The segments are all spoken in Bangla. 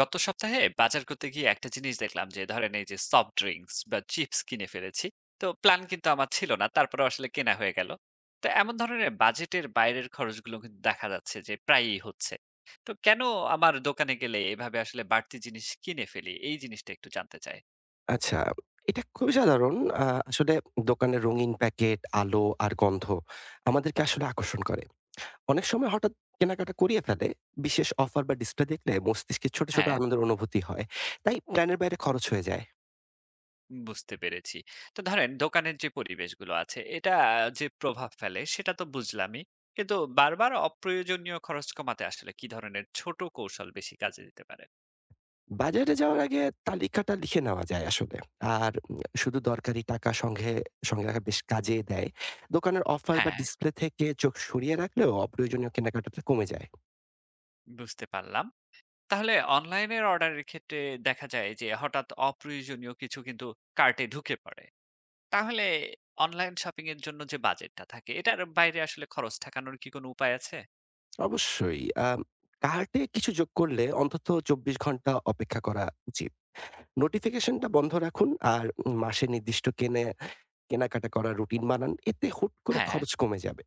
গত সপ্তাহে বাজার করতে গিয়ে একটা জিনিস দেখলাম যে ধরেন এই যে সফট ড্রিঙ্কস বা চিপস কিনে ফেলেছি। তো প্ল্যান কিন্তু আমার ছিল না, তারপরে আসলে কেনা হয়ে গেল। তো এমন ধরনের বাজেটের বাইরের খরচগুলো কিন্তু দেখা যাচ্ছে যে প্রায়ই হচ্ছে। তো কেন আমার দোকানে গেলে এভাবে আসলে বাড়তি জিনিস কিনে ফেলি, এই জিনিসটা একটু জানতে চাই। আচ্ছা, এটা খুবই সাধারণ। আ আসলে দোকানের রঙিন প্যাকেট, আলো আর গন্ধ আমাদেরকে আসলে আকর্ষণ করে। অনেক সময় হঠাৎ কেনাকাটা করিয়ে ফেলে। বিশেষ অফার বা ডিসপ্লে দেখলে মস্তিষ্কে ছোট, ছোট হ্যাঁ, আনন্দের অনুভূতি হয়। তাই প্ল্যানের বাইরে খরচ হয়ে যায়। বুঝতে পেরেছি। তো ধরেন দোকানের যে পরিবেশগুলো আছে এটা যে প্রভাব ফেলে সেটা তো বুঝলামই, কিন্তু বারবার অপ্রয়োজনীয় খরচ কমাতে আসলে কি ধরনের ছোট কৌশল বেশি কাজে দিতে পারে? বাজারে যাওয়ার আগে তালিকাটা লিখে নেওয়া যায় আসলে। আর শুধু দরকারি টাকা সঙ্গে রাখা বেশ কাজে দেয়। দোকানের অফার বা হ্যাঁ, ডিসপ্লে থেকে চোখ সরিয়ে রাখলেও অপ্রয়োজনীয় কেনাকাটাটা কমে যায়। বুঝতে পারলাম। তাহলে অনলাইনের অর্ডারের ক্ষেত্রে দেখা যায় যে হঠাৎ অপ্রয়োজনীয় কিছু কিন্তু কার্টে ঢুকে পড়ে। তাহলে অনলাইন শপিং এর জন্য যে বাজেটটা থাকে এটার বাইরে আসলে খরচ ঠেকানোর কি কোনো উপায় আছে? অবশ্যই। আম কার্টে কিছু যোগ করলে অন্তত ২৪ ঘন্টা অপেক্ষা করা উচিত। নোটিফিকেশনটা বন্ধ রাখুন আর মাসে নির্দিষ্ট কেনে কেনাকাটা করার রুটিন বানান। এতে হুট করে হ্যাঁ। খরচ কমে যাবে।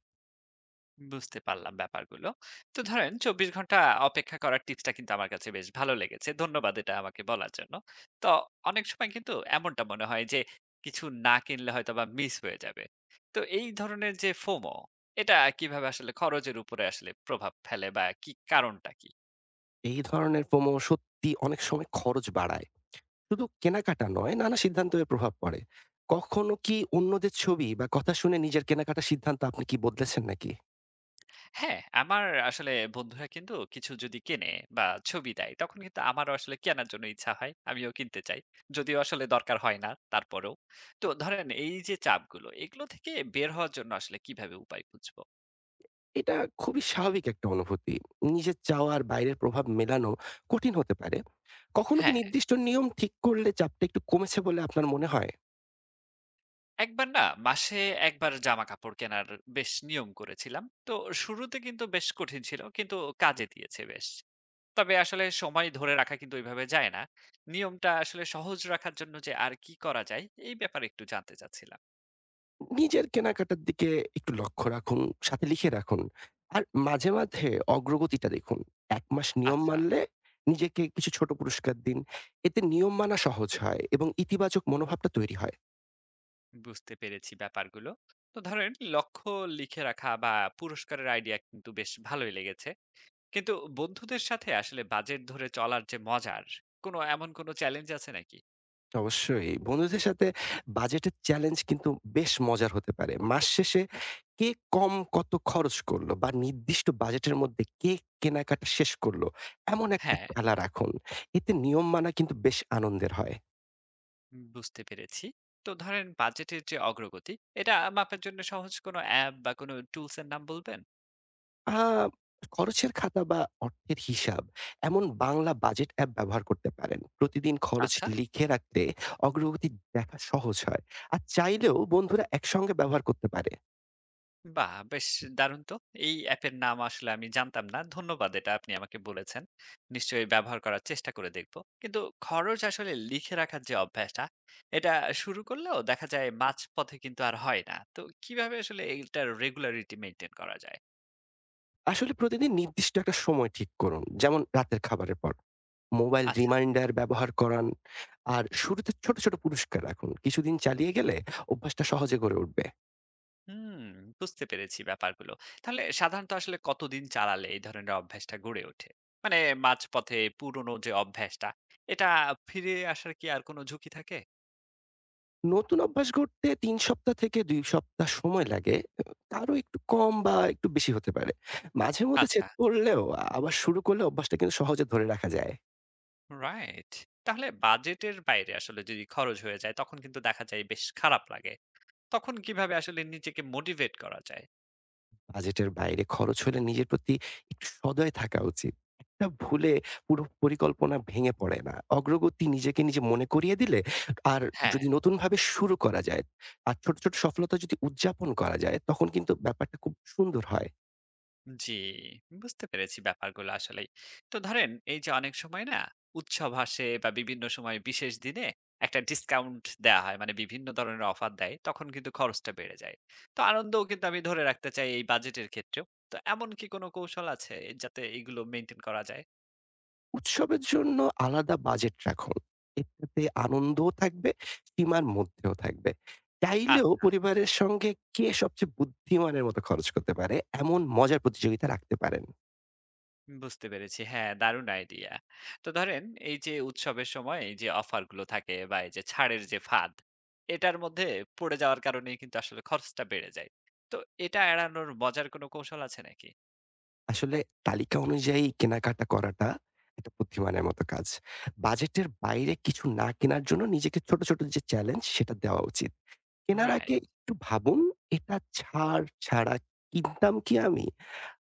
বুঝতে পারলাম ব্যাপারগুলো। তো ধরেন ২৪ ঘন্টা অপেক্ষা করার টিপসটা কিন্তু আমার কাছে বেশ ভালো লেগেছে। ধন্যবাদ এটা আমাকে বলার জন্য। তো অনেক সময় কিন্তু এমনটা মনে হয় যে কিছু না কিনলে হয়তোবা মিস হয়ে যাবে। তো এই ধরনের যে ফোমো, এটা কিভাবে আসলে খরচের উপরে আসলে প্রভাব ফেলে বা কি কারণটা কি? এই ধরনের প্রোমো সত্যি অনেক সময় খরচ বাড়ায়। শুধু কেনাকাটা নয়, নানা সিদ্ধান্তের প্রভাব পড়ে। কখনো কি অন্যদের ছবি বা কথা শুনে নিজের কেনাকাটার সিদ্ধান্ত আপনি কি বদলেছেন নাকি? হ্যাঁ, আমার আসলে বন্ধুরা কিন্তু কিছু যদি কেনে বা ছবি দেয়, তখন কিন্তু আমারও আসলে কেনার জন্য ইচ্ছা হয়। আমিও কিনতে চাই। যদিও আসলে দরকার হয় না, তারপরেও। তো ধরেন এই যে চাপগুলো, এগুলো থেকে বের হওয়ার জন্য আসলে কিভাবে উপায় খুঁজবো? এটা খুবই স্বাভাবিক একটা অনুভূতি। নিজের চাওয়া আর বাইরের প্রভাব মেলানো কঠিন হতে পারে। কখনো কি হ্যাঁ, নির্দিষ্ট নিয়ম ঠিক করলে চাপটা একটু কমেছে বলে আপনার মনে হয়? একবার না, মাসে একবার জামাকাপড় কেনার বেশ নিয়ম করেছিলাম। তো শুরুতে কিন্তু বেশ কঠিন ছিল, কিন্তু কাজে দিয়েছে বেশ। তবে আসলে সময় ধরে রাখা কিন্তু ওইভাবে যায় না। নিয়মটা আসলে সহজ রাখার জন্য যে আর কি করা যায়, এই ব্যাপারে একটু জানতে চাচ্ছিলাম। নিজের কেনাকাটার দিকে একটু লক্ষ্য রাখুন, সাথে লিখে রাখুন। আর মাঝে, মাঝে অগ্রগতিটা দেখুন। ১ মাস নিয়ম আচ্ছা। মানলে নিজেকে কিছু ছোট পুরস্কার দিন। এতে নিয়ম মানা সহজ হয় এবং ইতিবাচক মনোভাবটা তৈরি হয়। বুঝতে পেরেছি ব্যাপারগুলো। তো ধরেন লক্ষ্য লিখে রাখা বা পুরস্কারের আইডিয়া কিন্তু বেশ ভালোই লেগেছে, কিন্তু বন্ধুদের সাথে আসলে বাজেট ধরে চলার যে মজার কোনো এমন কোনো চ্যালেঞ্জ আছে নাকি? অবশ্যই। বন্ধুদের সাথে বাজেটের চ্যালেঞ্জ কিন্তু বেশ মজার হতে পারে। মাস শেষে কে কম কত খরচ করলো বা নির্দিষ্ট বাজেটের মধ্যে কে কেনাকাটা শেষ করলো, এমন একটা হ্যাঁ, খেলা রাখুন। এতে নিয়ম মানা কিন্তু বেশ আনন্দের হয়। বুঝতে পেরেছি। তো ধরেন বাজেটের যে অগ্রগতি এটা মাপার জন্য সহজ কোনো অ্যাপ বা কোনো টুলস এর নাম বলবেন? আ খরচের খাতা বা অর্থের হিসাব, এমন বাংলা বাজেট অ্যাপ ব্যবহার করতে পারেন। প্রতিদিন খরচ আচ্ছা। লিখে রাখলে অগ্রগতি দেখা সহজ হয়। আর চাইলেও বন্ধুরা একসঙ্গে ব্যবহার করতে পারে। বাহ! বেশ দারুণ তো। এই অ্যাপের নাম আসলে আমি জানতাম না। ধন্যবাদ এটা আপনি আমাকে বলেছেন। নিশ্চয়ই ব্যবহার করার চেষ্টা করে দেখব। কিন্তু খরচ আসলে লিখে রাখার যে অভ্যাসটা, এটা শুরু করলেও দেখা যায় মাঝপথে কিন্তু আর হয় না। তো কিভাবে আসলে এইটার রেগুলারিটি মেইনটেইন করা যায়? আসলে প্রতিদিন নির্দিষ্ট একটা সময় ঠিক করুন। যেমন রাতের খাবারের পর। মোবাইল আচ্ছা। রিমাইন্ডার ব্যবহার করান। আর শুরুতে ছোট, ছোট পুরস্কার রাখুন। কিছুদিন চালিয়ে গেলে অভ্যাসটা সহজে গড়ে উঠবে। হুম, বুঝতে পেরেছি ব্যাপারগুলো। তাহলে সাধারণত আসলে কতদিন চালালে এই ধরনের অভ্যাসটা গড়ে ওঠে? মানে মাঝপথে পুরনো যে অভ্যাসটা, এটা ফিরে আসার কি আর কোনো ঝুঁকি থাকে? নতুন অভ্যাস গড়তে ৩ সপ্তাহ থেকে ২ সপ্তাহ সময় লাগে। কারো একটু কম বা একটু বেশি হতে পারে। মাঝে মধ্যে আচ্ছা। ছেদ পড়লেও আবার শুরু করলে অভ্যাসটা কিন্তু সহজে ধরে রাখা যায়। রাইট। তাহলে বাজেটের বাইরে আসলে যদি খরচ হয়ে যায় তখন কিন্তু দেখা যায় বেশ খারাপ লাগে। তখন কিভাবে আসলে নিজেকে মোটিভেট করা যায়? বাজেটের বাইরে খরচ হলে নিজের প্রতি একটু সদয় থাকা উচিত। একটা ভুলে পুরো পরিকল্পনা ভেঙে পড়ে না। অগ্রগতি নিজেকে নিজে মনে করিয়ে দিলে আর হ্যাঁ। যদি নতুনভাবে শুরু করা যায় আর ছোট, ছোট সফলতা যদি উদযাপন করা যায় তখন কিন্তু ব্যাপারটা খুব সুন্দর হয়। জি, বুঝতে পেরেছি ব্যাপারগুলো আসলেই। তো ধরেন এই যে অনেক সময় না উৎসব আসে বা বিভিন্ন সময় বিশেষ দিনে একটা ডিসকাউন্ট দেয়া হয়। মানে বিভিন্ন ধরনের অফার দেয়। তখন কিন্তু খরচটা বেড়ে যায়। তো আনন্দও কিন্তু আমি ধরে রাখতে চাই এই বাজেটের ক্ষেত্রেও। তো এমন কি কোনো কৌশল আছে যাতে এগুলো মেইনটেইন করা যায়? উৎসবের জন্য আলাদা বাজেট রাখুন। এটাতে আনন্দও থাকবে, সীমার মধ্যেও থাকবে। চাইলেও আচ্ছা। পরিবারের সঙ্গে কে সবচেয়ে বুদ্ধিমানের মতো খরচ করতে পারে এমন মজার প্রতিযোগিতা রাখতে পারেন। বুঝতে পেরেছি। হ্যাঁ, দারুণ আইডিয়া। তো ধরেন এই যে উৎসবের সময় এই যে অফার গুলো থাকে বা এই যে ছাড়ের যে ফাঁদ, এটার মধ্যে পড়ে যাওয়ার কারণেই কিন্তু আসলে খরচটা বেড়ে যায়। তো এটা এড়ানোর মজার কোনো কৌশল আছে নাকি? আসলে তালিকা অনুযায়ী কেনাকাটা করাটা একটা বুদ্ধিমানের মতো কাজ। বাজেটের বাইরে কিছু না কেনার জন্য নিজেকে ছোট, ছোট যে চ্যালেঞ্জ সেটা দেওয়া উচিত। কেনার রাইট। আগে একটু ভাবুন, এটা ছাড় ছাড়া কিনতাম কি আমি?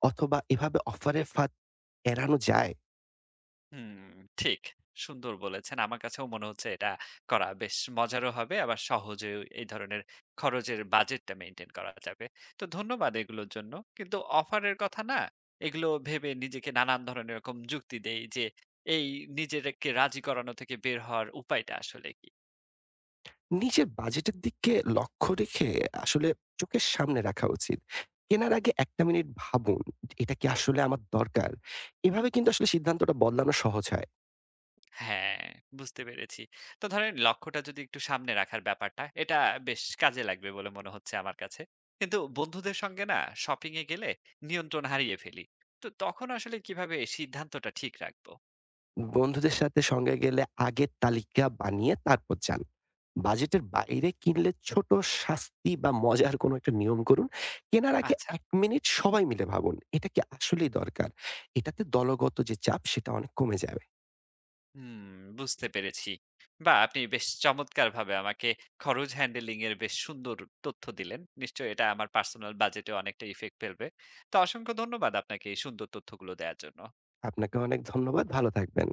অথবা এভাবে অফারের ফাঁদ এড়ানো যায়? হুম, ঠিক। সুন্দর বলেছেন। আমার কাছেও মনে হচ্ছে এটা করা বেশ মজারও হবে। আবার সহজেও এই ধরনের খরচের বাজেটটা মেইনটেইন করা যাবে। তো ধন্যবাদ এগুলোর জন্য। কিন্তু অফারের কথা না, এগুলো ভেবে নিজেকে নানান ধরনের এরকম যুক্তি দেই যে, এই নিজেদেরকে রাজি করানো থেকে বের হওয়ার উপায়টা আসলে কি? নিজের বাজেটের দিকে লক্ষ্য রেখে আসলে চোখের সামনে রাখা উচিত। কেনার আগে ১ টা মিনিট ভাবুন, এটা কি আসলে আমার দরকার? এভাবে কিন্তু আসলে সিদ্ধান্তটা বদলানো সহজ হয়। হ্যাঁ, বুঝতে পেরেছি। তো ধরেন লক্ষ্যটা যদি একটু সামনে রাখার ব্যাপারটা, এটা বেশ কাজে লাগবে বলে মনে হচ্ছে আমার কাছে। কিন্তু বন্ধুদের সঙ্গে না শপিং এ গেলে নিয়ন্ত্রণ হারিয়ে ফেলি। তো তখন আসলে কিভাবে সিদ্ধান্তটা ঠিক রাখবো? বন্ধুদের সঙ্গে গেলে আগের তালিকা বানিয়ে তারপর যান। বাজেটের বাইরে কিনলে ছোট শাস্তি বা মজার কোনো একটা নিয়ম করুন। কেনার আগে আচ্ছা, ১ মিনিট সবাই মিলে ভাবুন। এটা কি আসলেই দরকার? এটাতে দলগত যে চাপ সেটা অনেক কমে যাবে। হুম, বুঝতে পেরেছি। বা আপনি বেশ চমৎকারভাবে আমাকে খরচ হ্যান্ডেলিং এর বেশ সুন্দর তথ্য দিলেন। নিশ্চয়ই এটা আমার পার্সোনাল বাজেটে অনেকটা ইফেক্ট ফেলবে। তো অসংখ্য ধন্যবাদ আপনাকে এই সুন্দর তথ্যগুলো দেয়ার জন্য। আপনাকে অনেক ধন্যবাদ। ভালো থাকবেন।